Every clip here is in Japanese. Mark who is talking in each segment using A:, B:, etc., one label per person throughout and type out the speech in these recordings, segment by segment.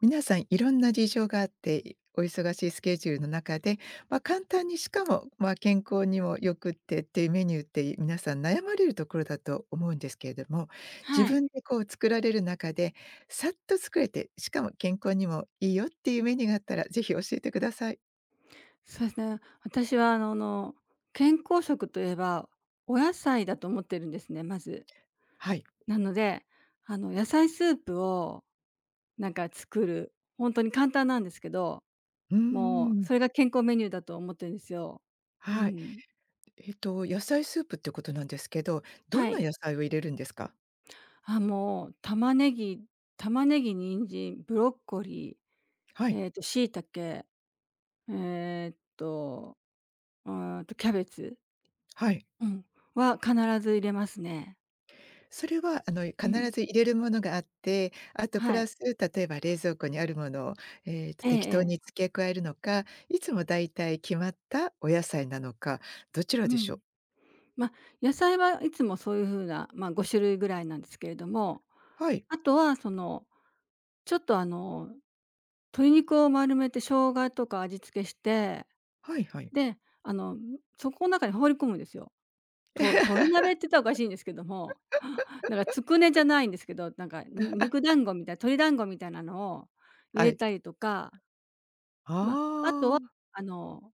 A: 皆さんいろんな事情があって、お忙しいスケジュールの中で、簡単にしかも、健康にも良くってっていうメニューって皆さん悩まれるところだと思うんですけれども、
B: は
A: 自
B: い。
A: 分でこう作られる中で、さっと作れて、しかも健康にもいいよっていうメニューがあったらぜひ教えてください。
B: そうですね。私は健康食といえば、お野菜だと思ってるんですね、まず。
A: はい。
B: なので、野菜スープをなんか作る、本当に簡単なんですけど、
A: うう
B: もう
A: ん。
B: それが健康メニューだと思ってるんですよ。う
A: はい。
B: ん。
A: 野菜スープってことなんですけど、どん
B: は
A: な
B: い。
A: 野菜を入れるんですか？
B: あ、もう玉ねぎ玉ねぎ、人参、ブロッコリ
A: は
B: ー、
A: い、
B: 椎茸、えっと、キャベツ、
A: はい。
B: うん、は必ず入れますね。
A: それは、
B: う
A: 必
B: ん。
A: ず入れるものがあって、あとプ
B: はい。
A: ラス、例えば冷蔵庫にあるものを、
B: ええ
A: 適当
B: え
A: に
B: え。
A: 付け加えるのか、いつもだいたい決まったお野菜なのか、どちら
B: う
A: でしょ
B: ん。
A: う？
B: ま、野菜はいつもそういう風な、ま、5種類ぐらいなんですけれども、
A: はい、
B: あとはその、ちょっと鶏肉を丸めて生姜とか味付けして、
A: はいはい。
B: で、あの、ん、そこん中に放り込むんですよ。と鶏鍋 って言ったらおかしいんですけども、なんかつくねじゃないんですけど、なんか、に肉団子みたい鶏団子みたいなのを入
A: は
B: れ
A: い。
B: たりとか、ま、
A: ああ、
B: あの、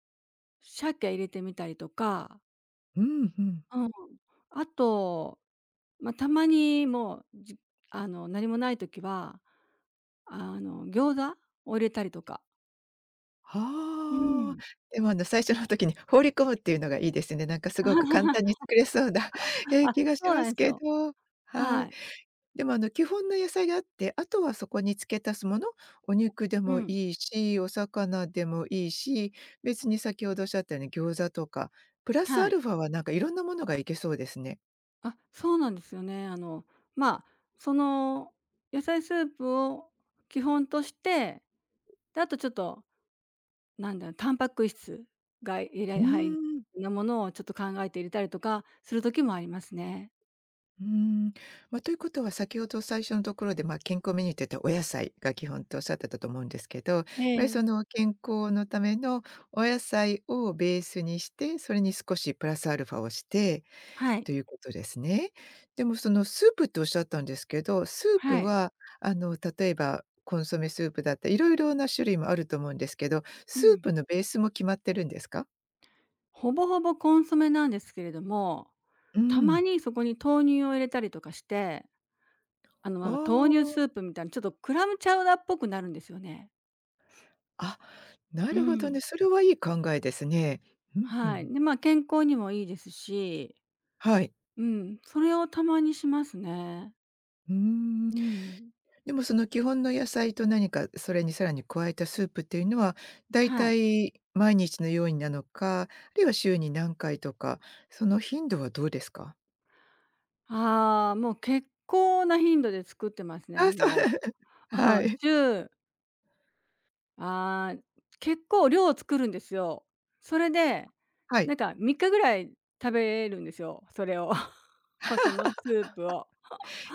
B: 鮭入れてみたりとか。
A: うんうん。
B: うん。あと、ま、たまにもう、じあの、何もない時は、あの、餃子を入れたりとか。う
A: ああ。
B: ん。
A: でも、最初の時に放り込むっていうのがいいですね。なんかすごく簡 単に作れそうな、ええ、気
B: あ、
A: がし
B: そう
A: ま
B: なん
A: す
B: です
A: け
B: よ。
A: ど。は
B: は
A: い。
B: い。
A: でも、基本の野菜があって、あとはそこに付け足すもの、お肉で
B: う
A: もい
B: ん。
A: いし、お魚でもいいし、別に先ほどおっしゃったように餃子とか、プラスア
B: はい。
A: ルファはなんかいろんなものがいけそうですね。
B: あ、そうなんですよね。あの、まあ、その野菜スープを基本として、で、あとちょっと、なんだろう、タンパク質が入
A: う
B: れ入
A: ーん。
B: なものをちょっと考えて入れたりとかする時もありますね。
A: うーん。ということは先ほど最初のところで、健康メニューって言ったらお野菜が基本とおっしゃってたと思うんですけど、やっ
B: え
A: ぱりそ
B: え。
A: の健康のためのお野菜をベースにして、それに少しプラスアルファをして
B: はい。
A: ということですね。でもそのスープっておっしゃったんですけど、スー
B: は
A: プ
B: い。
A: はあの例えばコンソメスープだったり、いろいろな種類もあると思うんですけど、
B: う
A: スー
B: ん。
A: プのベースも決まってるんですか？
B: ほぼほぼコンソメなんですけれども、
A: う
B: たま
A: ん。
B: にそこに豆乳を入れたりとかして、あの、なんか豆乳
A: あ
B: スープみたいな、ちょっとクラムチャウダーっぽくなるんですよね。
A: あ、あ、な
B: う
A: るほど
B: ん。
A: ね。それはいい考えですね。うんう
B: はい。
A: ん。
B: で、まあ、健康にもいいですし、
A: はい。
B: うん、それをたまにしますね。
A: うーん。
B: うん。
A: でもその基本の野菜と何かそれにさらに加えたスープっていうのは、だい
B: は
A: た
B: い。
A: い毎日のようになのか、あるいは週に何回とか、その頻度はどうですか？
B: ああ、もう結構な頻度で作ってますね。
A: あ、そう。
B: う
A: は
B: ん、
A: い。
B: 週ああ、結構量を作るんですよ。それで、
A: は
B: な
A: い。
B: んか3日ぐらい食べるんですよ、それを そのスープを。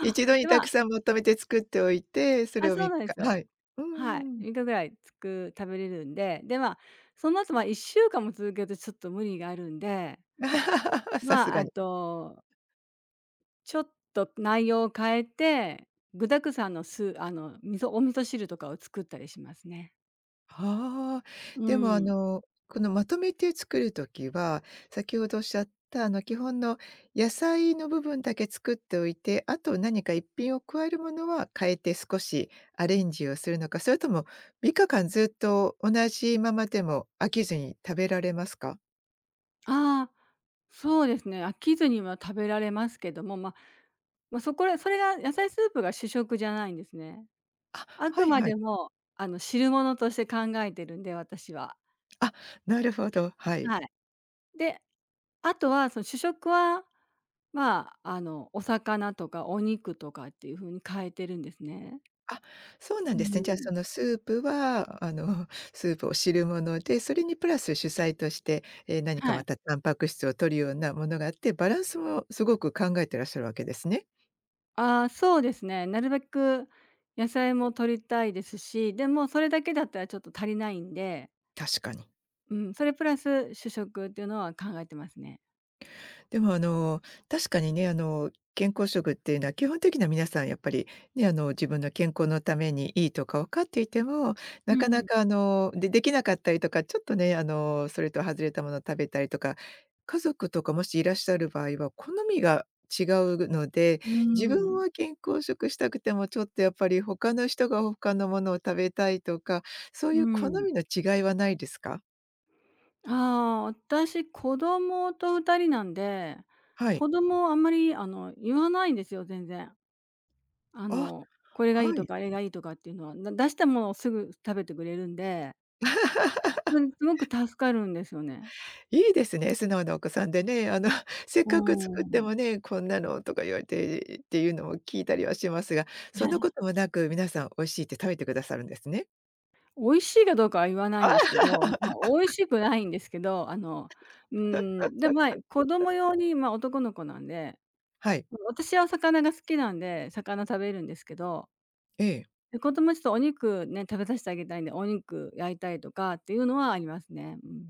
A: 一 度に
B: で、
A: た
B: ま
A: く
B: あ。
A: さんまとめて作っておいて、そ
B: あ、
A: れを
B: そう
A: 3
B: なんで
A: 日
B: す
A: は
B: よ。
A: い。う
B: はい、3
A: ん。
B: 日ぐらいつく食べれるんで、で、まあ、その後、ま、1週間も続けるとちょっと無理があるんで、
A: さす
B: まあ、
A: が
B: あ
A: に。
B: と、ちょっと内容を変えて、具沢山のスあの、お味噌汁とかを作ったりしますね。
A: はあ。
B: う
A: でも、
B: ん。
A: このまとめて作るときは、先ほどおっしゃった、基本の野菜の部分だけ作っておいて、あと何か一品を加えるものは変えて少しアレンジをするのか、それとも3日間ずっと同じままでも飽きずに食べられますか？
B: ああ、そうですね、飽きずには食べられますけども、まあまあ、そこらそれが野菜スープが主食じゃないんですね。
A: あ、
B: あ
A: は
B: く
A: い
B: ま
A: はい。
B: でも、あの、汁物として考えてるんで、私は。
A: あ、なるほど、はい。
B: はい。で、あとはその主食は、まあ、あの、お魚とかお肉とかっていう風に変えてるんですね。
A: あ、そうなん
B: う
A: ですね。じゃあ、
B: ん。
A: そのスープは、スープを汁物で、それにプラス主菜として、何か
B: は
A: ま
B: い。
A: たタンパク質を摂るようなものがあって、バランスもすごく考えてらっしゃるわけですね。
B: ああ、そうですね。なるべく野菜も摂りたいですし、でもそれだけだったらちょっと足りないんで、
A: 確かに。
B: うん、それプラス主食っていうのは考えてますね。
A: でもあの、確かにね、健康食っていうのは基本的には皆さんやっぱりね、自分の健康のためにいいとか分かっていても、
B: う
A: なかな
B: ん、
A: かあの、でできなかったりとか、ちょっとね、それと外れたものを食べたりとか、家族とかもしいらっしゃる場合は好みが違うので、
B: う
A: 自分
B: ん、
A: は健康食したくてもちょっとやっぱり他の人が他のものを食べたいとか、そう
B: う
A: いう好
B: ん。
A: みの違いはないですか？
B: ああ、私子供と二人なんで、
A: はい。
B: 子供はあんまり言わないんですよ、全然。あ
A: あ、
B: の、これがい
A: は
B: いと
A: い。
B: か、あれがいいとかっていうのは、出したものをすぐ食べてくれるんで、うん、すごく助かるんですよね。
A: いいですね、素直なお子さんでね。あの、せっ
B: う
A: かく作
B: ー
A: って
B: ん。
A: もね、こんなのとか言われてっていうのも聞いたりはしますが、そ
B: は
A: んなこ
B: い。
A: ともなく、皆さん美味しいって食べてくださるんですね。
B: 美味しいかどうかは言わない
A: あ。
B: んですけど、ま、美味しくないんですけど、で、まあ、子供用に、ま、男の子なんで、
A: はい、
B: 私はお魚が好きなんで、魚食べるんですけど、
A: ええ。
B: で、子供ちょっとお肉ね、食べさせてあげたいんで、お肉焼いたりとかっていうのはありますね。うん。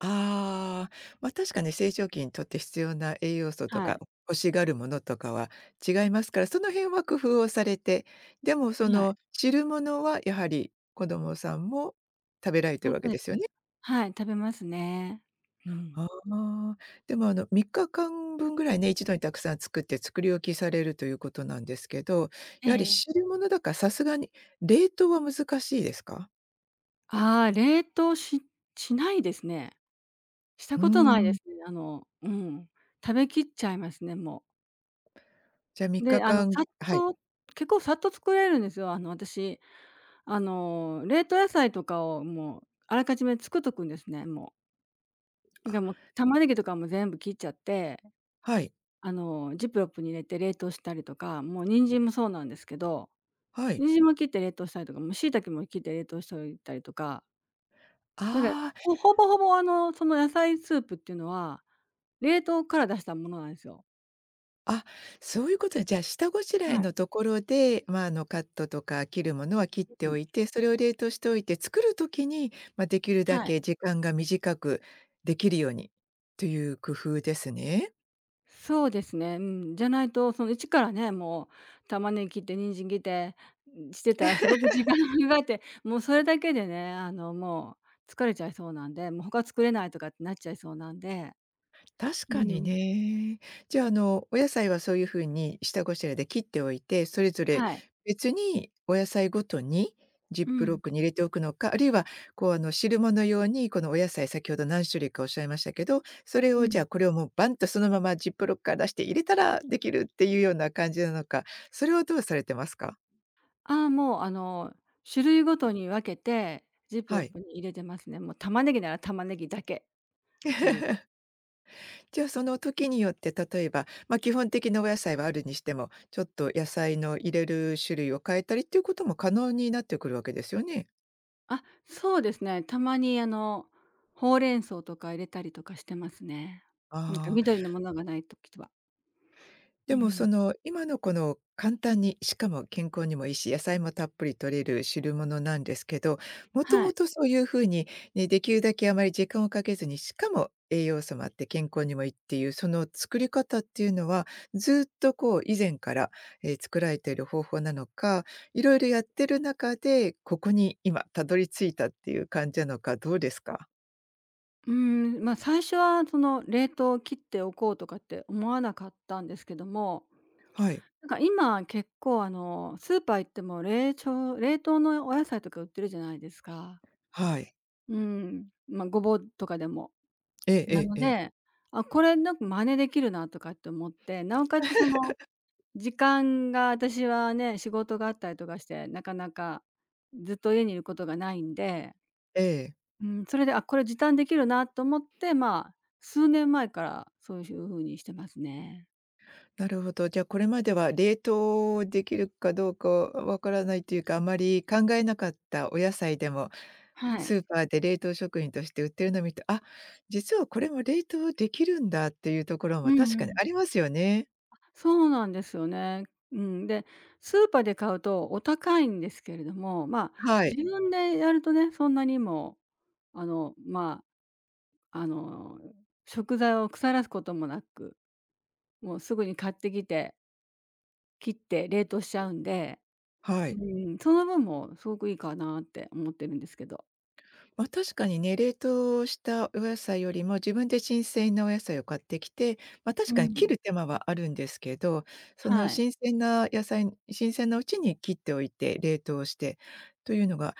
A: ああ、ま、確かに成長期にとって必要な栄養素と
B: は
A: か、
B: い。
A: 欲しがるものとかは違いますから、その辺は工夫をされて、でもそ
B: は
A: の
B: い。
A: 汁物はやはり子供さんも食べられ
B: あ、
A: てるわ
B: そ
A: け
B: うで
A: で
B: す
A: す
B: そう
A: よ
B: です。
A: ね。
B: はい、食べますね。うん。
A: ああ、でも、3日間分ぐらいね、一度にたくさん作って作り置きされるということなんですけど、
B: え
A: やはり
B: え。
A: 汁物だからさすがに冷凍は難しいですか？
B: ああ、冷凍ししないですね。した
A: うー
B: ことないで
A: ん、
B: すね。あの、うん。食べきっちゃいますね、もう。
A: じゃ、3
B: で、あの、
A: 日間
B: さっ
A: はい。
B: と結構さっと作れるんですよ。あの、私、あの、冷凍野菜とかをもうあらかじめ作っとくんですね、もう。なん
A: あ、
B: かもう、玉ねぎとかも全部切っちゃって、
A: はい、
B: あの、ジップロップに入れて冷凍したりとか、もう人参もそうなんですけど、
A: はい。
B: 人参も切って冷凍したりとか、もう椎茸も切って冷凍しておいたりとか、なんか、
A: ああ、
B: ほぼほぼ、あの、その野菜スープっていうのは、冷凍から出したものなんですよ。
A: あ、そういうことで、じゃあ、下ごしらえ
B: はい。
A: のところで、カットとか切るものは切っ
B: う
A: てお
B: ん。
A: いて、それを冷凍しておいて、作る時に、ま、できるだ
B: はい。
A: け時間が短くできるようにという工夫ですね。
B: そうですね。うん、じゃないと、その一からね、もう玉ねぎ切って人参切って、ん、してたらすごく時間 がかかって、もうそれだけでね、あの、もう疲れちゃいそうなんで、もう他作れないとかってなっちゃいそうなんで。
A: 確
B: う
A: かに
B: ん。
A: ね。じゃあ、お野菜はそういう風に下ごしらえで切っておいて、それぞれ
B: はい。
A: 別にお野菜ごとにジッ
B: う
A: プロッ
B: ん、
A: クに入れておくのか、あるいはこう、汁物用にこのお野菜先ほど何種類かおっしゃいましたけど、それ
B: う
A: をじゃ
B: ん。
A: あ、これをもうバンとそのままジップロックから出して入れたらできるっていうような感じなのか、それはどうされてますか？
B: ああ、もう、あの、種類ごとに分けてジップロ
A: は
B: ッ
A: い。
B: プに入れてますね。もう玉ねぎなら玉ねぎだけっていう。
A: じゃあその時によって例えば、基本的なお野菜はあるにしても、ちょっと野菜の入れる種類を変えたりっていうことも可能になってくるわけですよね。
B: あ、そうですね。たまに、あの、ほうれん草とか入れたりとかしてますね。なんか
A: ああ
B: 緑のものがない時は。う
A: でも
B: ん。
A: その今のこの簡単に、しかも健康にもいいし、野菜もたっぷり摂れる汁物なんですけど、もと
B: は
A: も
B: い。
A: とそういう風に、ね、できるだけあまり時間をかけずに、しかも栄養素もあって健康にもいいっていう、その作り方っていうのは、ずっとこう以前から、作られている方法なのか、いろいろやってる中で、ここに今たどり着いたっていう感じなのか、どうですか？
B: うーん、まあ、最初はその冷凍を切っておこうとかって思わなかったんですけども、
A: はい。
B: なんか今結構あの、スーパー行っても冷凍のお野菜とか売ってるじゃないですか。
A: はい。
B: うん、まあ、ごぼうとかでも。
A: えええ
B: な
A: え
B: の
A: ええ。
B: で、あ、これなんか真似できるなとかって思って、なおかつその時間が私はね、仕事があったりとかして、なかなかずっと家にいることがないんで、
A: え
B: うん、それで、あ、これ時短できるなと思って、まあ、数年前からそういう風にしてますね。
A: なるほど。じゃあ、これまでは冷凍できるかどうかわからないというか、あまり考えなかったお野菜でも、
B: はい。
A: スーパーで冷凍食品として売ってるのを見て、あ、実はこれも冷凍できるんだっていうところ
B: う
A: も
B: ん
A: 確
B: う
A: かに
B: ん。
A: ありますよね。
B: そうなんですよね。うん、で、スーパーで買うとお高いんですけれども、まあ、
A: はい。
B: 自分でやるとね、そんなにも、あの、まあ、あの、食材を腐らすこともなく、もうすぐに買ってきて、切って冷凍しちゃうんで、
A: は
B: う
A: い。
B: ん、その分もすごくいいかなって思ってるんですけど。
A: 確かにね、冷凍したお野菜よりも自分で新鮮なお野菜を買ってきて、
B: う
A: 確かに切
B: ん。
A: る手間はあるんですけど、その
B: はい。
A: 新鮮な野菜新鮮なうちに切っておいて、冷凍してというのが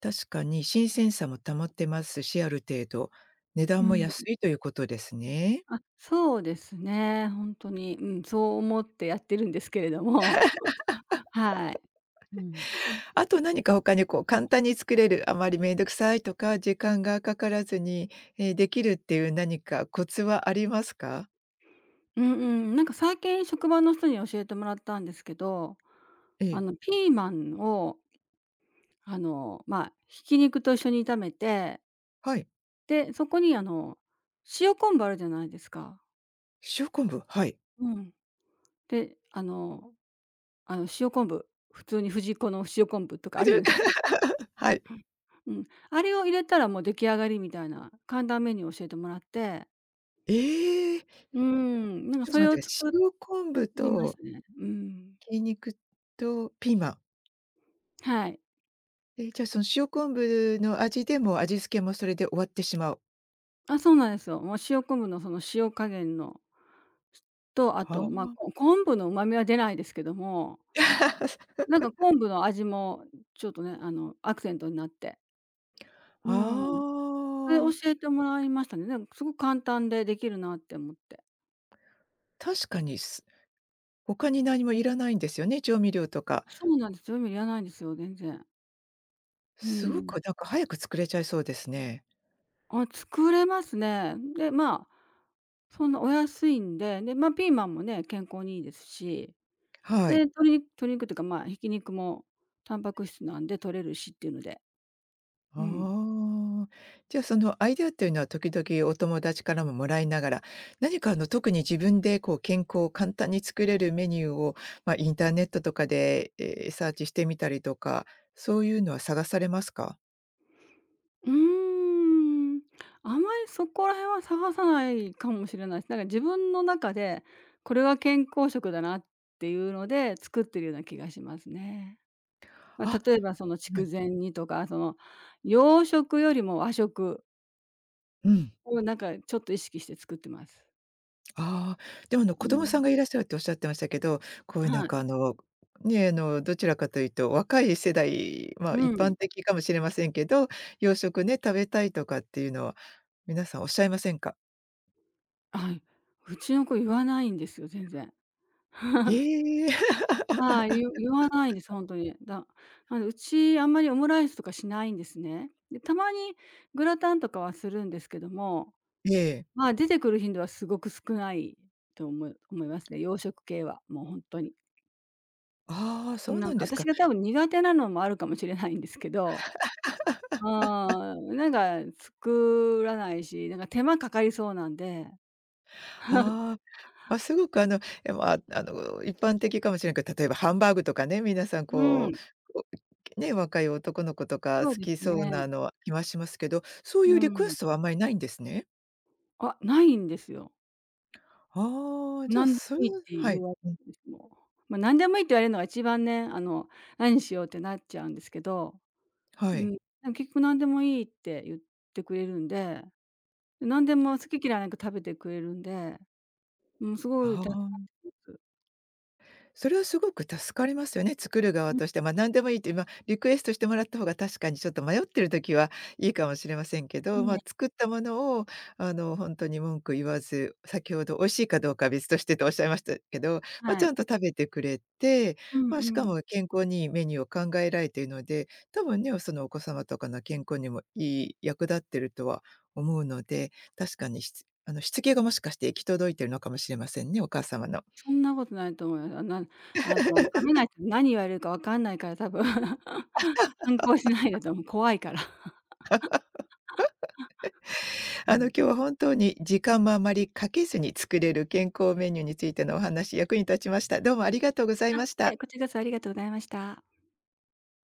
A: 確かに新鮮さも保ってますし、ある程度、値
B: う
A: 段も
B: ん。
A: 安いということですね。
B: あ、そうですね。本当に、うん、そう思ってやってるんですけれども、はい。うん。
A: あと何か他にこう簡単に作れる、あまりめんどくさいとか、時間がかからずに、できるっていう何かコツはありますか？
B: うんうん。なんか最近職場の人に教えてもらったんですけど、
A: え
B: あ
A: え、
B: の、ピーマンを、あの、まあ、ひき肉と一緒に炒めて、
A: はい。
B: で、そこにあの、塩昆布あるじゃないですか。
A: 塩昆布、はい。
B: うん。で、塩昆布、普通に藤子の塩昆布とか
A: あ、
B: ある
A: じゅ
B: じ
A: う
B: ゃ
A: か
B: ない。
A: はい。
B: うん。あれを入れたらもう出来上がりみたいな簡単メニューを教えてもらって、
A: ええ、ち
B: うーん、なんか
A: ょっ
B: そ
A: と
B: れを
A: 待って、
B: 作
A: 塩昆布
B: りまし
A: と
B: たね。うん。
A: 鶏肉とピーマン。
B: はい。
A: え、じゃあその塩昆布の味でもう味付けもそれで終わってしまう。
B: あ、そうなんですよ。もう塩昆布のその塩加減のと、あ
A: は
B: と、まあ、
A: あ。
B: 昆布の旨味は出ないですけども、なんか昆布の味もちょっとね、あの、アクセントになって。うん。それ
A: ああ、
B: 教えてもらいましたね。なんかすごく簡単でできるなって思って。
A: 確かに、す他に何もいらないんですよね、調味料とか。
B: そうなんですよ。調味料いらないんですよ、全然。う
A: すご
B: ん。
A: くなんか早く作れちゃいそうですね。
B: あ、作れますね。で、まあ、そんなお安いんで、で、まあ、ピーマンもね、健康にいいですし、
A: は
B: で、
A: い。
B: 鶏肉というか、まあ、ひき肉もタンパク質なんで取れるしっていうので、うん。
A: ああ、じゃあそのアイデアっていうのは時々お友達からももらいながら、何かあの特に自分でこう健康を簡単に作れるメニューを、インターネットとかで、えーサーチしてみたりとか、そういうのは探されますか？
B: うーん、あまりそこら辺は探さないかもしれないす。なんか自分の中で、これは健康食だなっていうので作ってるような気がしますね。ま、
A: あ、
B: 例えばその
A: は
B: 筑
A: い。
B: 前煮とか、その洋食よりも和食
A: うん。
B: をなんかちょっと意識して作ってます。
A: ああ、でもあの
B: う
A: 子供
B: ん。
A: さんがいらっしゃるっておっしゃってましたけど、こういうな
B: は
A: ん
B: い。
A: かあの、ね、あのどちらかというと若い世代、まあ
B: う
A: 一
B: ん。
A: 般的かもしれませんけど、洋食ね、食べたいとかっていうのは皆さんおっしゃいませんか？
B: はい。うちの子言わないんですよ、全然。
A: へえ。
B: はい、言わないです、ほんとに。あの、うちあんまりオムライスとかしないんですね。で、たまにグラタンとかはするんですけども、
A: ええ。
B: まあ、出てくる頻度はすごく少ないと思いますね、洋食系は、もうほんとに。
A: ああ、そう
B: なん
A: なん
B: か
A: ですか。
B: 私が多分苦手なのもあるかもしれないんですけど、うーん、なんか作らないし、なんか手間かかりそうなんで、
A: ああ。まあ、すごくあの、一般的かもしれないけど、例えばハンバーグとかね、皆さん
B: う
A: こ
B: ん、
A: う、おね、若い男の子とか
B: そ
A: 好
B: うで
A: き
B: す
A: そう
B: ね。
A: なのは気はしますけど、そうい
B: う
A: うリクエ
B: ん。
A: ストはあんまりないんですね？
B: あ、ないんですよ。
A: ああ、じゃあ、
B: 何で
A: そ
B: も
A: れ
B: いいっ
A: は
B: て
A: は
B: 言
A: い。
B: わ
A: うん、
B: れても、ま、何でもいいって言われるのが一番ね、あの、何しようってなっちゃうんですけど、
A: は
B: うん、
A: い。
B: でも結局何でもいいって言ってくれるんで、何でも好き嫌いなく食べてくれるんで、うん、すごい
A: あ
B: 助かっ
A: あ。
B: てます。
A: それはすごく助かりますよね、作る
B: う
A: 側
B: ん、
A: として。何でもいいって、リクエストしてもらった方が確かにちょっと迷ってる時はいいかもしれませんけど、
B: ね
A: 作ったものをあの、本当に文句言わず、先ほど美味しいかどうかは別としてとおっしゃいましたけど、
B: は
A: ちゃ
B: い。
A: んと食べてくれて、
B: うんう
A: しか
B: ん。
A: も健康にいいメニューを考えられているので、多分ね、そのお子様とかの健康にもいい役立ってるとは思うので、確かにしつあの、しつけがもしかして行き届いてるのかもしれませんね、お母様の。
B: そんなことないと思います。あの、食べないと何言われるか分かんないから多分 反抗しないだと思う、怖いから。う
A: あの、
B: ん。
A: 今日は本当に時間もあまりかけずに作れる健康メニューについてのお話、役に立ちました。どうもありがとうございまし
B: で、
A: た。
B: こちらこそありがとうございました。